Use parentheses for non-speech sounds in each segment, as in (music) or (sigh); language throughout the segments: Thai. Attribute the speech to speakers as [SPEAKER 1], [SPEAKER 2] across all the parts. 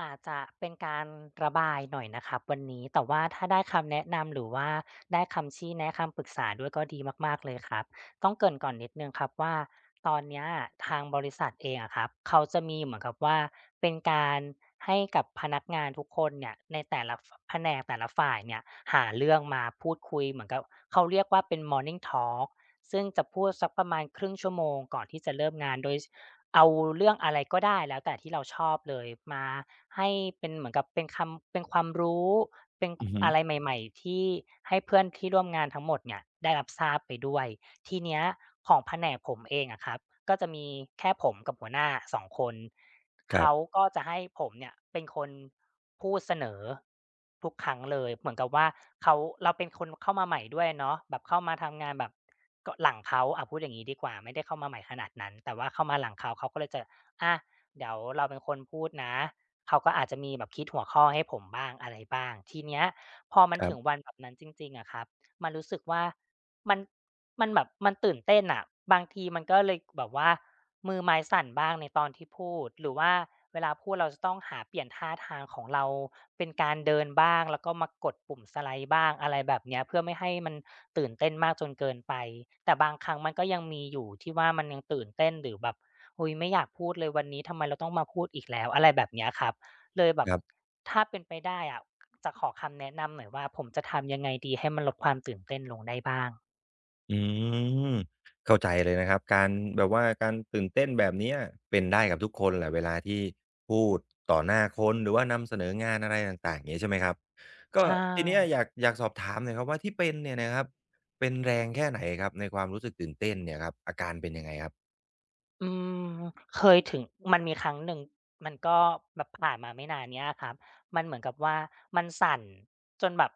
[SPEAKER 1] อาจจะเป็นการระบายหน่อยนะครับวันนี้แต่ว่าถ้าได้คำแนะนำหรือว่าได้คำชี้แนะคำปรึกษาด้วยก็ดีมากๆเลยครับต้องเกริ่นก่อนนิดหนึ่งครับว่าตอนเนี้ยทางบริษัทเองอะครับเขาจะมีเหมือนกับว่าเป็นการให้กับพนักงานทุกคนเนี่ยในแต่ละฝแผนกแต่ละฝ่ายเนี่ยหาเรื่องมาพูดคุยเหมือนกับเขาเรียกว่าเป็น Morning Talk ซึ่งจะพูดสักประมาณครึ่งชั่วโมงก่อนที่จะเริ่มงานโดยสเอาเรื่องอะไรก็ได้แล้วแต่ที่เราชอบเลยมา ให้เป็นเหมือนกับเป็นคำเป็นความรู้เป็น
[SPEAKER 2] อือฮึ
[SPEAKER 1] อะไรใหม่ๆที่ให้เพื่อนที่ร่วมงานทั้งหมดเนี่ยได้รับทราบไปด้วยทีเนี้ยของแผนกผมเองอะครับก็จะมีแค่ผมกับหัวหน้าสองคน
[SPEAKER 2] ครั
[SPEAKER 1] เขา
[SPEAKER 2] บ
[SPEAKER 1] ก็จะให้ผมเนี่ยเป็นคนพูดเสนอทุกครั้งเลยเหมือนกับว่าเขาเราเป็นคนเข้ามาใหม่ด้วยเนาะแบบเข้ามาทำงานแบบก็หลังเขาอะพูดอย่างงี้ดีกว่าไม่ได้เข้ามาใหม่ขนาดนั้นแต่ว่าเข้ามาหลังเขาเขาก็เลยจะอะเดี๋ยวเราเป็นคนพูดนะ เขาก็อาจจะมีแบบคิดหัวข้อให้ผมบ้างอะไรบ้างทีเนี้ยพอมัน
[SPEAKER 2] ครั
[SPEAKER 1] ถึง
[SPEAKER 2] บ
[SPEAKER 1] วันแบบนั้นจริงๆอะครับมันรู้สึกว่ามันมันแบบมันตื่นเต้นน่ะบางทีมันก็เลยแบบว่ามือไม้สั่นบ้างในตอนที่พูดหรือว่าเวลาพูดเราจะต้องหาเปลี่ยนท่าทางของเราเป็นการเดินบ้างแล้วก็มากดปุ่มสไลด์บ้างอะไรแบบเนี้ยเพื่อไม่ให้มันตื่นเต้นมากจนเกินไปแต่บางครั้งมันก็ยังมีอยู่ที่ว่ามันยังตื่นเต้นหรือแบบ อุ๊ยไม่อยากพูดเลยวันนี้ทำไมเราต้องมาพูดอีกแล้วอะไรแบบเนี้ยครับเลยแบบ
[SPEAKER 2] ครับ
[SPEAKER 1] ถ้าเป็นไปได้อะจะขอคำแนะนำหน่อยว่าผมจะทำยังไงดีให้มันลดความตื่นเต้นลงได้บ้าง
[SPEAKER 2] อืมเข้าใจเลยนะครับการแบบว่าการตื่นเต้นแบบเนี้ยเป็นได้กับทุกคนแหละเวลาที่พูดต่อหน้าคนหรือว่านำเสนองานอะไรต่างๆอย่างงี้ใช่ไหมครับก็
[SPEAKER 1] ใช่
[SPEAKER 2] ทีเนี้ยอยากสอบถามหน่อยครับว่าที่เป็นเนี่ยนะครับเป็นแรงแค่ไหนครับในความรู้สึกตื่นเต้นเนี่ยครับอาการเป็นยังไงครับ
[SPEAKER 1] อืมเคยถึงมันมีครั้งหนึ่งมันก็แบบผ่านมาไม่นานเนี้ยครับมันเหมือนกับว่ามันสั่นจนแบบ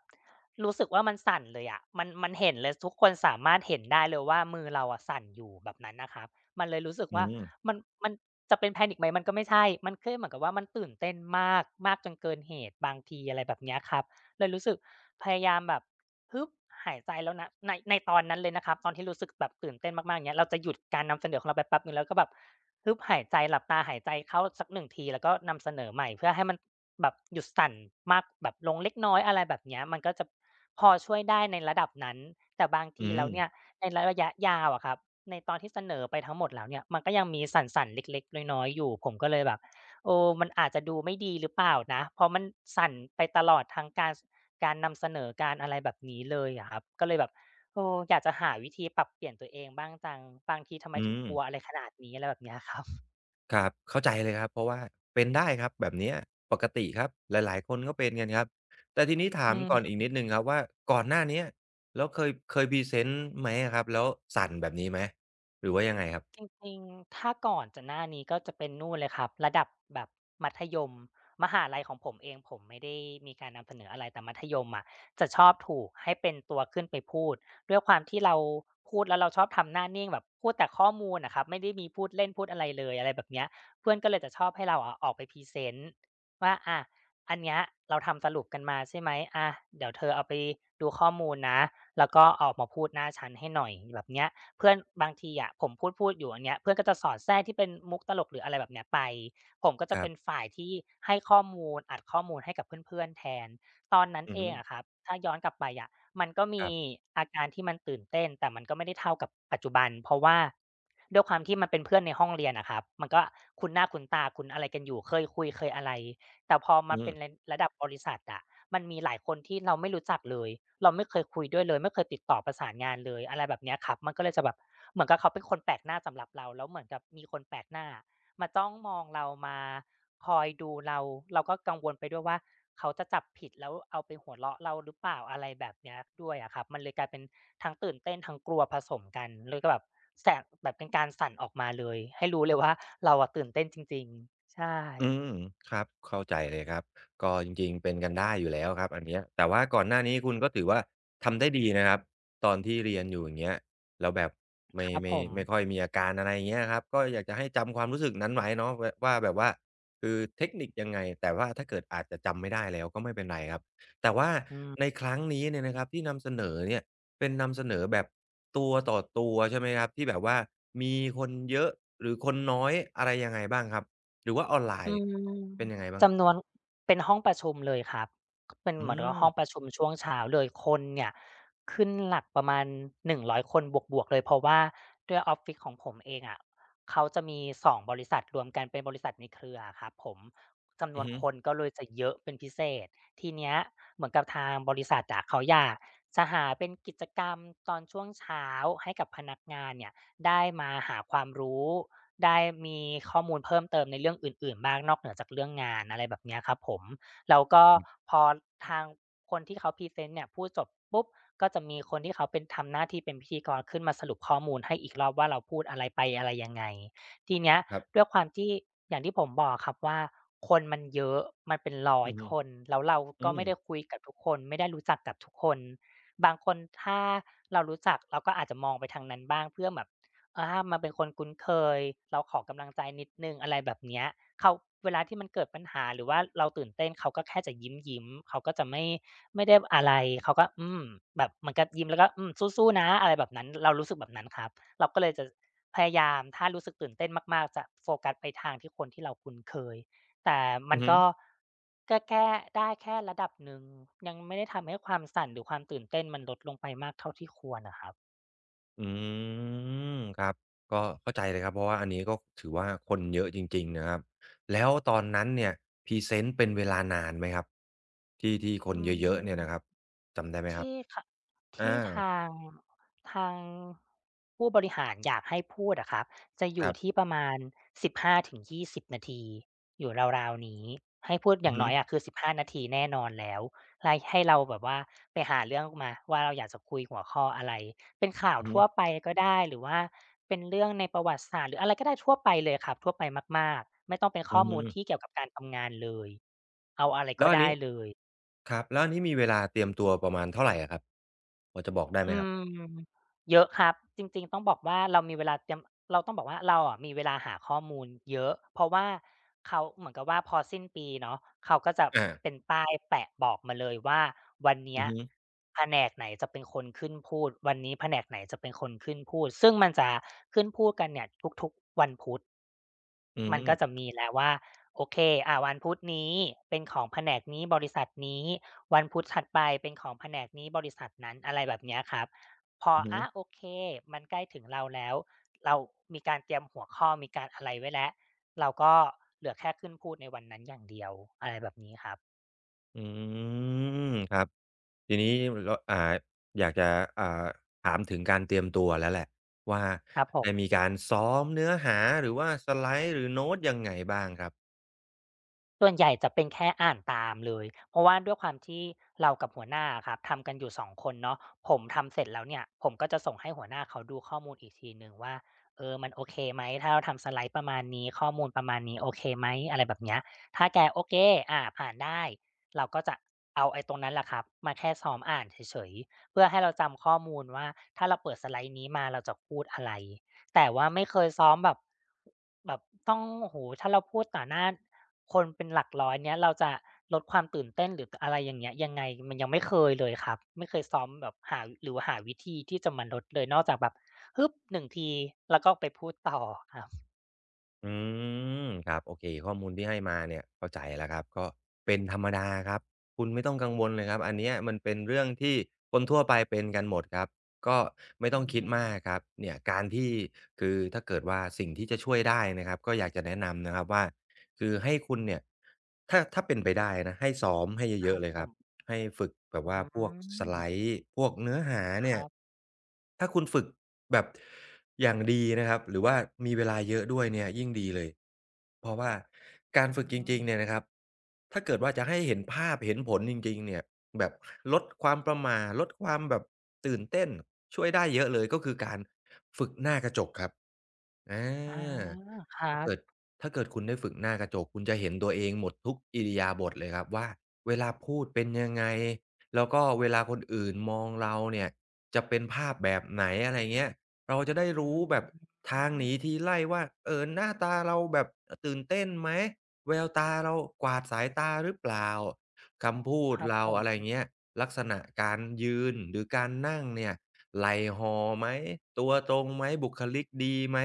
[SPEAKER 1] รู้สึกว่ามันสั่นเลยอะมันเห็นเลยทุกคนสามารถเห็นได้เลยว่ามือเราอะสั่นอยู่แบบนั้นนะครับมันเลยรู้สึก
[SPEAKER 2] อื
[SPEAKER 1] ว่า
[SPEAKER 2] ม
[SPEAKER 1] มันมันจะเป็น panic ไหมมันก็ไม่ใช่มันแค่เหมือนกับว่ามันตื่นเต้นมากมากจนเกินเหตุบางทีอะไรแบบเนี้ยครับเลยรู้สึกพยายามแบบ ฮึบหายใจแล้วนะในตอนนั้นเลยนะครับตอนที่รู้สึกแบบตื่นเต้นมากๆอย่างเงี้ยเราจะหยุดการนำเสนอของเราไปแป๊บหนึ่งแล้วก็แบบฮึบหายใจหลับตาหายใจเข้าสักหนึ่งทีแล้วก็นำเสนอใหม่เพื่อให้มันแบบหยุดสั่นมากแบบลงเล็กน้อยอะไรแบบเนี้ยมันก็จะพอช่วยได้ในระดับนั้นแต่บาง
[SPEAKER 2] อื
[SPEAKER 1] ทีแล้วเนี่ย
[SPEAKER 2] ม
[SPEAKER 1] ในระยะยาวอะครับในตอนที่เสนอไปทั้งหมดแล้วเนี่ยมันก็ยังมีสั่นๆเล็กๆน้อยๆอยู่ผมก็เลยแบบ โอ้มันอาจจะดูไม่ดีหรือเปล่านะเพราะมันสั่นไปตลอดทั้งการสการนำเสนอการอะไรแบบนี้เลยอะครับก็เลยแบบเอออยากจะหาวิธีปรับเปลี่ยนตัวเองบ้างจังบางทีทำไม
[SPEAKER 2] อื
[SPEAKER 1] ถึง
[SPEAKER 2] ม
[SPEAKER 1] กลัวอะไรขนาดนี้อะไรแบบเนี้ยครับ
[SPEAKER 2] ครับเข้าใจเลยครับเพราะว่าเป็นได้ครับแบบเนี้ยปกติครับหลายๆคนก็เป็นกันครับแต่ทีนี้
[SPEAKER 1] (laughs)
[SPEAKER 2] ถา
[SPEAKER 1] อื
[SPEAKER 2] มก่อน
[SPEAKER 1] ม
[SPEAKER 2] อีกนิดหนึ่งครับว่าก่อนหน้าเนี้ยแล้วเคยพรีเซนต์ไหมอะครับแล้วสั่นแบบนี้ไหมหรือว่ายังไงครั
[SPEAKER 1] จ
[SPEAKER 2] บ
[SPEAKER 1] ริงๆถ้าก่อนจะหน้านี้ก็จะเป็นนู่นเลยครับระดับแบบมัธยมมหาลัยของผมเองผมไม่ได้มีการนำเสนออะไรแต่มัธยมอะจะชอบถูกให้เป็นตัวขึ้นไปพูดด้วยความที่เราพูดแล้วเราชอบทำหน้านิ่งแบบพูดแต่ข้อมูลอะครับไม่ได้มีพูดเล่นพูดอะไรเลยอะไรแบบเนี้ยเพื่อนก็เลยจะชอบให้เราอะออกไปพรีเซนต์ว่าอะอันเนี้ยเราทำสรุปกันมาใช่ไหมอะเดี๋ยวเธอเอาไปดูข้อมูลนะแล้วก็ออกมาพูดหน้าชั้นให้หน่อยแบบเนี้ย เพื่อนบางทีอะผมพูดอยู่อย่างเงี้ยเพื่อนก็จะสอดแทรกที่เป็นมุกตลกหรืออะไรแบบเนี้ยไปผมก็
[SPEAKER 2] ค
[SPEAKER 1] จะ
[SPEAKER 2] รั
[SPEAKER 1] เป็น
[SPEAKER 2] บ
[SPEAKER 1] ฝ่ายที่ให้ข้อมูลอัดข้อมูลให้กับเพื่อนๆแทนตอนนั้น
[SPEAKER 2] อือ
[SPEAKER 1] เอ
[SPEAKER 2] ฮึ
[SPEAKER 1] งอะครับถ้าย้อนกลับไปอะมันก็
[SPEAKER 2] ค
[SPEAKER 1] มี
[SPEAKER 2] รับ
[SPEAKER 1] อาการที่มันตื่นเต้นแต่มันก็ไม่ได้เท่ากับปัจจุบันเพราะว่าด้วยความที่มันเป็นเพื่อนในห้องเรียนอะครับมันก็คุ้นหน้าคุ้นตาคุ้นอะไรกันอยู่เคยคุยเคยอะไรแต่พอ
[SPEAKER 2] อื
[SPEAKER 1] มาเป็น
[SPEAKER 2] อ
[SPEAKER 1] ระดับบริษัทอะ มันมีหลายคนที่เราไม่รู้จักเลย เราไม่เคยคุยด้วยเลยไม่เคยติดต่อประสานงานเลยอะไรแบบเนี้ยครับมันก็เลยจะแบบเหมือนกับเขาเป็นคนแปลกหน้าสำหรับเราแล้วเหมือนกับมีคนแปลกหน้ามาจ้องมองเรามาคอยดูเราเราก็กังวลไปด้วยว่าเขาจะจับผิดแล้วเอาไปหัวเราะเราหรือเปล่าอะไรแบบเนี้ยด้วยอะครับมันเลยกลายเป็นทั้งตื่นเต้นทั้งกลัวผสมกันเลยก็แบบแสบแบบเป็นการสั่นออกมาเลยให้รู้เลยว่าเราอะตื่นเต้นจริงๆใช่
[SPEAKER 2] อืมครับเข้าใจเลยครับก็จริงๆเป็นกันได้อยู่แล้วครับอันเนี้ยแต่ว่าก่อนหน้านี้คุณก็ถือว่าทำได้ดีนะครับตอนที่เรียนอยู่อย่างเงี้ยแล้วแบบ
[SPEAKER 1] ค
[SPEAKER 2] ไม่
[SPEAKER 1] รับผ
[SPEAKER 2] ไม่
[SPEAKER 1] ม
[SPEAKER 2] ไม่ค่อยมีอาการอะไรอย่างเงี้ยครับก็อยากจะให้จำความรู้สึกนั้นไว้เนาะวว่าแบบว่าคือเทคนิคยังไงแต่ว่าถ้าเกิดอาจจะจำไม่ได้แล้วก็ไม่เป็นไรครับแต่ว่า
[SPEAKER 1] อื
[SPEAKER 2] ใน
[SPEAKER 1] ม
[SPEAKER 2] ครั้งนี้เนี่ยนะครับที่นำเสนอเนี่ยเป็นนำเสนอแบบตัวต่อตัวใช่ไหมครับที่แบบว่ามีคนเยอะหรือคนน้อยอะไรยังไงบ้างครับ หรือว่าออนไล
[SPEAKER 1] อื
[SPEAKER 2] น์
[SPEAKER 1] ม
[SPEAKER 2] เป็นยังไงบ้างครั
[SPEAKER 1] จำนว
[SPEAKER 2] บ
[SPEAKER 1] นเป็นห้องประชุมเลยครับเป็น
[SPEAKER 2] อื
[SPEAKER 1] เหมือนกับ
[SPEAKER 2] ม
[SPEAKER 1] ห้องประชุมช่วงเช้าเลยคนเนี่ยขึ้นหลักประมาณ100 คนบวกๆเลยเพราะว่าด้วยออฟฟิศของผมเองอะเขาจะมี2บริษัทรวมกันเป็นบริษัทในเครืออะครับผมจำน
[SPEAKER 2] อื
[SPEAKER 1] ว
[SPEAKER 2] อ
[SPEAKER 1] น
[SPEAKER 2] ฮึ
[SPEAKER 1] คนก็เลยจะเยอะเป็นพิเศษทีเนี้ยเหมือนกับทางบริษัทอะเขาอยากจะหาเป็นกิจกรรมตอนช่วงเช้าให้กับพนักงานเนี่ยได้มาหาความรู้ ได้มีข้อมูลเพิ่มเติมในเรื่องอื่นๆบ้างนอกเหนือจากเรื่องงานอะไรแบบเนี้ยครับผมแล้วก็
[SPEAKER 2] อืม
[SPEAKER 1] พอทางคนที่เขาพรีเซนต์เนี่ยพูดจบปุ๊บก็จะมีคนที่เขาเป็นทำหน้าที่เป็นพิธีกรขึ้นมาสรุปข้อมูลให้อีกรอบว่าเราพูดอะไรไปอะไรยังไงทีเนี้ย
[SPEAKER 2] ครั
[SPEAKER 1] ด้ว
[SPEAKER 2] บ
[SPEAKER 1] ยความที่อย่างที่ผมบอกครับว่าคนมันเยอะมันเป็นร้อย
[SPEAKER 2] อือฮึ
[SPEAKER 1] คนแล้วเรา
[SPEAKER 2] อื
[SPEAKER 1] ก็
[SPEAKER 2] ม
[SPEAKER 1] ไม่ได้คุยกับทุกคนไม่ได้รู้จักกับทุกคนบางคนถ้าเรารู้จักเราก็อาจจะมองไปทางนั้นบ้างเพื่อแบบ อามาเป็นคนคุ้นเคยเราขอกำลังใจนิดหนึ่งอะไรแบบเนี้ยเขาเวลาที่มันเกิดปัญหาหรือว่าเราตื่นเต้นเขาก็แค่จะยิ้มๆเขาก็จะไม่ได้อะไรเขาก็อืมแบบเหมือนกับยิ้มแล้วก็อืมสู้ๆนะอะไรแบบนั้นเรารู้สึกแบบนั้นครับเราก็เลยจะพยายามถ้ารู้สึกตื่นเต้นมากๆจะโฟกัสไปทางที่คนที่เราคุ้นเคยแต่มั
[SPEAKER 2] อื
[SPEAKER 1] น
[SPEAKER 2] อฮึ
[SPEAKER 1] ก็ก็แก้ได้แค่ระดับหนึ่งยังไม่ได้ทำให้ความสั่นหรือความตื่นเต้นมันลดลงไปมากเท่าที่ควรอะครับ
[SPEAKER 2] อืมครับก็เข้าใจเลยครับเพราะว่าอันนี้ก็ถือว่าคนเยอะจริงๆนะครับแล้วตอนนั้นเนี่ยพรีเซนต์เป็นเวลานานไหมครับที่ที่ค
[SPEAKER 1] อื
[SPEAKER 2] นเยอะๆเนี่ยนะครั
[SPEAKER 1] ม
[SPEAKER 2] บจำได้ไหมครับ
[SPEAKER 1] ที่ขะที่
[SPEAKER 2] อา
[SPEAKER 1] ทางทางผู้บริหารอยากให้พูดอะครับจะอ
[SPEAKER 2] ค
[SPEAKER 1] ยู่
[SPEAKER 2] รั
[SPEAKER 1] ที่
[SPEAKER 2] บ
[SPEAKER 1] ประมาณ15-20นาทีอยู่ราวๆนี้ให้พูดอ
[SPEAKER 2] อือ
[SPEAKER 1] ย่าง
[SPEAKER 2] ฮึ
[SPEAKER 1] น้อยอะคือ15นาทีแน่นอนแล้วไล่ให้เราแบบว่าไปหาเรื่องมาว่าเราอยากจะคุยหัวข้ออะไรเป็นข่าว
[SPEAKER 2] อือฮึ
[SPEAKER 1] ทั่วไปก็ได้หรือว่าเป็นเรื่องในประวัติศาสตร์หรืออะไรก็ได้ทั่วไปเลยครับทั่วไปมากๆไม่ต้องเป็น
[SPEAKER 2] อื
[SPEAKER 1] ข้อมูลที่
[SPEAKER 2] ม
[SPEAKER 1] เกี่ยวกับการทำงานเลยเอาอะไร
[SPEAKER 2] แล้
[SPEAKER 1] ก็
[SPEAKER 2] วอัน
[SPEAKER 1] ได้
[SPEAKER 2] นี้
[SPEAKER 1] เลย
[SPEAKER 2] ครับแล้วอันนี้มีเวลาเตรียมตัวประมาณเท่าไรอะครับพอจะบอกได้ไห
[SPEAKER 1] อื
[SPEAKER 2] มครับ
[SPEAKER 1] มเยอะครับจริงๆต้องบอกว่าเรามีเวลาเตรียมเราต้องบอกว่าเราอะมีเวลาหาข้อมูลเยอะเพราะว่าเขาเหมือนกับว่าพอสิ้นปีเนาะเขาก็จะ
[SPEAKER 2] อา
[SPEAKER 1] เป็นป้ายแปะบอกมาเลยว่าวันเนี้
[SPEAKER 2] อื
[SPEAKER 1] ย
[SPEAKER 2] อฮึ
[SPEAKER 1] แผนกไหนจะเป็นคนขึ้นพูดวันนี้แผนกไหนจะเป็นคนขึ้นพูดซึ่งมันจะขึ้นพูดกันเนี่ยทุกๆวันพุธ
[SPEAKER 2] อื
[SPEAKER 1] มันก็จะ
[SPEAKER 2] ม
[SPEAKER 1] มีแล้วว่าโอเคอ่าวันพุธนี้เป็นของแผนกนี้บริษัทนี้ วันพุธถัดไปเป็นของแผนกนี้บริษัทนั้นอะไรแบบเนี้ยครับพอ
[SPEAKER 2] อือฮึ
[SPEAKER 1] อาโอเคมันใกล้ถึงเราแล้วเรามีการเตรียมหัวข้อมีการอะไรไว้แล้วเราก็เหลือแค่ขึ้นพูดในวันนั้นอย่างเดียวอะไรแบบนี้ครับ
[SPEAKER 2] อืมครับทีนี้เราอยากจะอ่าถามถึงการเตรียมตัวแล้วแหละว่า
[SPEAKER 1] ครับผ
[SPEAKER 2] ได้มี
[SPEAKER 1] ม
[SPEAKER 2] การซ้อมเนื้อหาหรือว่าสไลด์หรือโน้ตยังไงบ้างครับ
[SPEAKER 1] ส่วนใหญ่จะเป็นแค่อ่านตามเลยเพราะว่าด้วยความที่เรากับหัวหน้าอะครับทำกันอยู่2คนเนาะผมทำเสร็จแล้วเนี่ยผมก็จะส่งให้หัวหน้าเขาดูข้อมูลอีกทีหนึ่งว่าเออมันโอเคไหมถ้าเราทำสไลด์ประมาณนี้ข้อมูลประมาณนี้โอเคไหมอะไรแบบเนี้ยถ้าแกโอเคอาผ่านได้เราก็จะเอาไอ้ตรงนั้นแหละครับมาแค่ซ้อมอ่านเฉยๆเพื่อให้เราจำข้อมูลว่าถ้าเราเปิดสไลด์นี้มาเราจะพูดอะไร แต่ว่าไม่เคยซ้อมแบบต้องโอ้โฮถ้าเราพูดต่อหน้าคนเป็นหลักร้อยเนี้ยเราจะลดความตื่นเต้นหรืออะไรอย่างเงี้ยยังไงมันยังไม่เคยเลยครับไม่เคยซ้อมแบบหาหรือว่าหาวิธีที่จะมาลดเลยนอกจากแบบฮึบหนึ่งทีแล้วก็ไปพูดต่อครับ
[SPEAKER 2] อืมครับโอเคข้อมูลที่ให้มาเนี่ยเข้าใจแล้วครับก็เป็นธรรมดาครับคุณไม่ต้องกังวลเลยครับอันเนี้ยมันเป็นเรื่องที่คนทั่วไปเป็นกันหมดครับก็ไม่
[SPEAKER 1] อื
[SPEAKER 2] ต้องคิดมาก
[SPEAKER 1] ม
[SPEAKER 2] ครับเนี่ยการที่คือถ้าเกิดว่าสิ่งที่จะช่วยได้นะครับก็อยากจะแนะนำนะครับว่าคือให้คุณเนี่ยถ้าเป็นไปได้นะให้ซ้อมให้
[SPEAKER 1] ค
[SPEAKER 2] เย
[SPEAKER 1] รั
[SPEAKER 2] อะ
[SPEAKER 1] บ
[SPEAKER 2] ๆเลย
[SPEAKER 1] ผ
[SPEAKER 2] ครับ
[SPEAKER 1] ม
[SPEAKER 2] ให้ฝึกแบบ
[SPEAKER 1] อื
[SPEAKER 2] ว่าพวกสไล
[SPEAKER 1] ม
[SPEAKER 2] ด์พวกเนื้อหา
[SPEAKER 1] ค
[SPEAKER 2] เนี่ย
[SPEAKER 1] รับ
[SPEAKER 2] ถ้าคุณฝึก แบบอย่างดีนะครับหรือว่ามีเวลาเยอะด้วยเนี่ยยิ่งดีเลยเพราะว่าการ
[SPEAKER 1] อื
[SPEAKER 2] ฝึกจริ
[SPEAKER 1] ม
[SPEAKER 2] งๆเนี่ยนะครับถ้าเกิดว่าจะให้เห็นภาพเห็นผลจริงๆเนี่ยแบบลดความประหม่าลดความแบบตื่นเต้นช่วยได้เยอะเลยก็คือการฝึกหน้ากระจกครับอ
[SPEAKER 1] อา
[SPEAKER 2] า
[SPEAKER 1] ครั
[SPEAKER 2] ถ้าเกิด
[SPEAKER 1] บ
[SPEAKER 2] ถ้าเกิดคุณได้ฝึกหน้ากระจกคุณจะเห็นตัวเองหมดทุกอิริยาบถเลยครับว่าเวลาพูดเป็นยังไงแล้วก็เวลาคนอื่นมองเราเนี่ย จะเป็นภาพแบบไหนอะไรเงี้ยเราจะได้
[SPEAKER 1] อื
[SPEAKER 2] รู้แบบ
[SPEAKER 1] ม
[SPEAKER 2] ทางหนีทีไล่ว่าเออหน้าตาเราแบบตื่นเต้นไหมแววตาเรากวาดสายตาหรือเปล่าคำพู
[SPEAKER 1] ค
[SPEAKER 2] ด
[SPEAKER 1] รับ
[SPEAKER 2] เรา
[SPEAKER 1] ผม
[SPEAKER 2] อะไรเงี้ยลักษณะการยืนหรือการนั่งเนี่ยไหล่ห่อไหมตัวตรงไหมบุคลิกดีไหม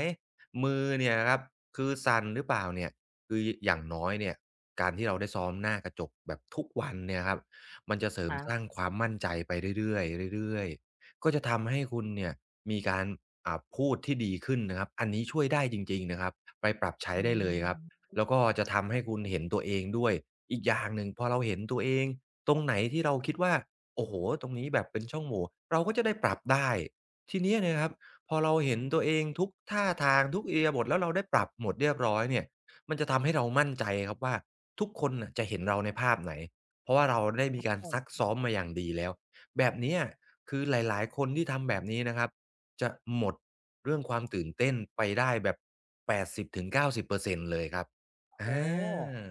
[SPEAKER 2] มือเนี่ยครับคือสั่นหรือเปล่าเนี่ยคืออย่างน้อยเนี่ยการที่เราได้ซ้อมหน้ากระจกแบบทุกวันเนี่ยครับมันจะเสริ
[SPEAKER 1] ค
[SPEAKER 2] ม
[SPEAKER 1] รั
[SPEAKER 2] สร้าง
[SPEAKER 1] บ
[SPEAKER 2] ความมั่นใจไปเรื่อยๆเรื่อยๆ ก็จะทำให้คุณเนี่ยมีการพูดที่ดีขึ้นนะครับอันนี้ช่วยได้จริงๆนะครับไปปรับใช้
[SPEAKER 1] อื
[SPEAKER 2] ได้เลยครับ
[SPEAKER 1] ม
[SPEAKER 2] แล้วก็จะทำให้คุณเห็นตัวเองด้วยอีกอย่างหนึ่งพอเราเห็นตัวเองตรงไหนที่เราคิดว่าโอ้โหตรงนี้แบบเป็นช่องโหว่เราก็จะได้ปรับได้ทีเนี้ยเนะครับพอ
[SPEAKER 1] อื
[SPEAKER 2] เราเห็นตัว
[SPEAKER 1] ม
[SPEAKER 2] เองทุกท่าทางทุกเอียาบทแล้วเราได้ปรับหมดเรียบร้อยเนี่ยมันจะทำให้เรามั่นใจครับว่าทุกคนน่ะจะเห็นเราในภาพไหนเพราะว่าเราได้
[SPEAKER 1] ค
[SPEAKER 2] มี
[SPEAKER 1] รับ
[SPEAKER 2] การ
[SPEAKER 1] ผ
[SPEAKER 2] ซัก
[SPEAKER 1] ม
[SPEAKER 2] ซ้อมมาอย่างดีแล้ว แบบเนี้ยคือหลายๆ คนที่ทำแบบนี้นะครับจะหมดเรื่องความตื่นเต้นไปได้แบบ80-90%เก้าสิบเปอร์เซ็นต์เลยครับ
[SPEAKER 1] โอ้
[SPEAKER 2] อ
[SPEAKER 1] โฮ
[SPEAKER 2] า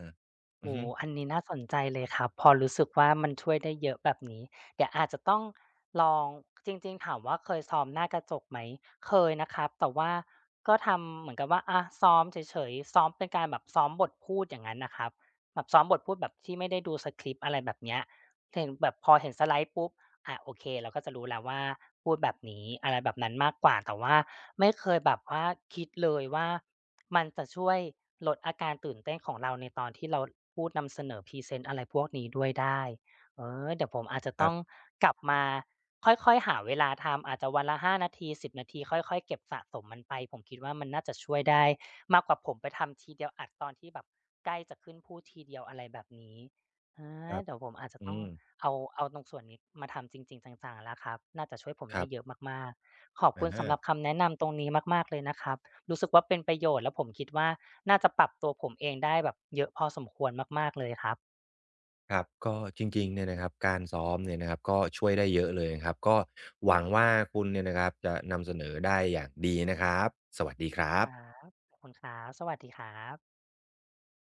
[SPEAKER 2] อือ
[SPEAKER 1] โอ้
[SPEAKER 2] ฮึ
[SPEAKER 1] อันนี้น่าสนใจเลยครับพอรู้สึกว่ามันช่วยได้เยอะแบบนี้เดี๋ยวอาจจะต้องลองจริงๆถามว่าเคยซ้อมหน้ากระจกไหมเคยนะครับแต่ว่าก็ทำเหมือนกับว่าอะซ้อมเฉยๆซ้อมเป็นการแบบซ้อมบทพูดอย่างงั้นนะครับแบบซ้อมบทพูดแบบที่ไม่ได้ดูสคริปต์อะไรแบบเนี้ยเห็นแบบพอเห็นสไลด์ปุ๊บอาโอเคเราก็จะรู้แล้วว่าพูดแบบนี้อะไรแบบนั้นมากกว่าแต่ว่าไม่เคยแบบว่าคิดเลยว่า มันจะช่วยลดอาการตื่นเต้นของเราในตอนที่เราพูดนำเสนอพรีเซนต์อะไรพวกนี้ด้วยได้เออเดี๋ยวผมอาจจะต้องกลับมาค่อยๆหาเวลาทำอาจจะวันละ5นาที10นาทีค่อยๆเก็บสะสมมันไปผมคิดว่ามันน่าจะช่วยได้มากกว่าผมไปทำทีเดียวอัดตอนที่แบบใกล้จะขึ้นพูดทีเดียวอะไรแบบนี้อา
[SPEAKER 2] ครับ
[SPEAKER 1] เดี๋ยวผมอาจจะ
[SPEAKER 2] อื
[SPEAKER 1] ต้อง
[SPEAKER 2] ม
[SPEAKER 1] เอาตรงส่วนนี้มาทำจริงๆจังๆแล้วครับน่าจะช่วยผม
[SPEAKER 2] ค
[SPEAKER 1] ได้
[SPEAKER 2] รั
[SPEAKER 1] เยอะ
[SPEAKER 2] บ
[SPEAKER 1] มากๆขอบคุณสำหรับ
[SPEAKER 2] อา
[SPEAKER 1] คำแนะนำตรงนี้มากๆเลยนะครับ รู้สึกว่าเป็นประโยชน์แล้วผมคิดว่าน่าจะปรับตัวผมเองได้แบบเยอะพอสมควรมากๆเลยครับ
[SPEAKER 2] ครับก็จริงๆเนี่ยนะครับการซ้อมเนี่ยนะครับก็ช่วยได้เยอะเลยนะครับก็หวังว่าคุณเนี่ยนะครับจะนำเสนอได้อย่างดีนะครับสวัสดีครั
[SPEAKER 1] คร
[SPEAKER 2] บ
[SPEAKER 1] ับขอบคุณครับสวัสดีครับ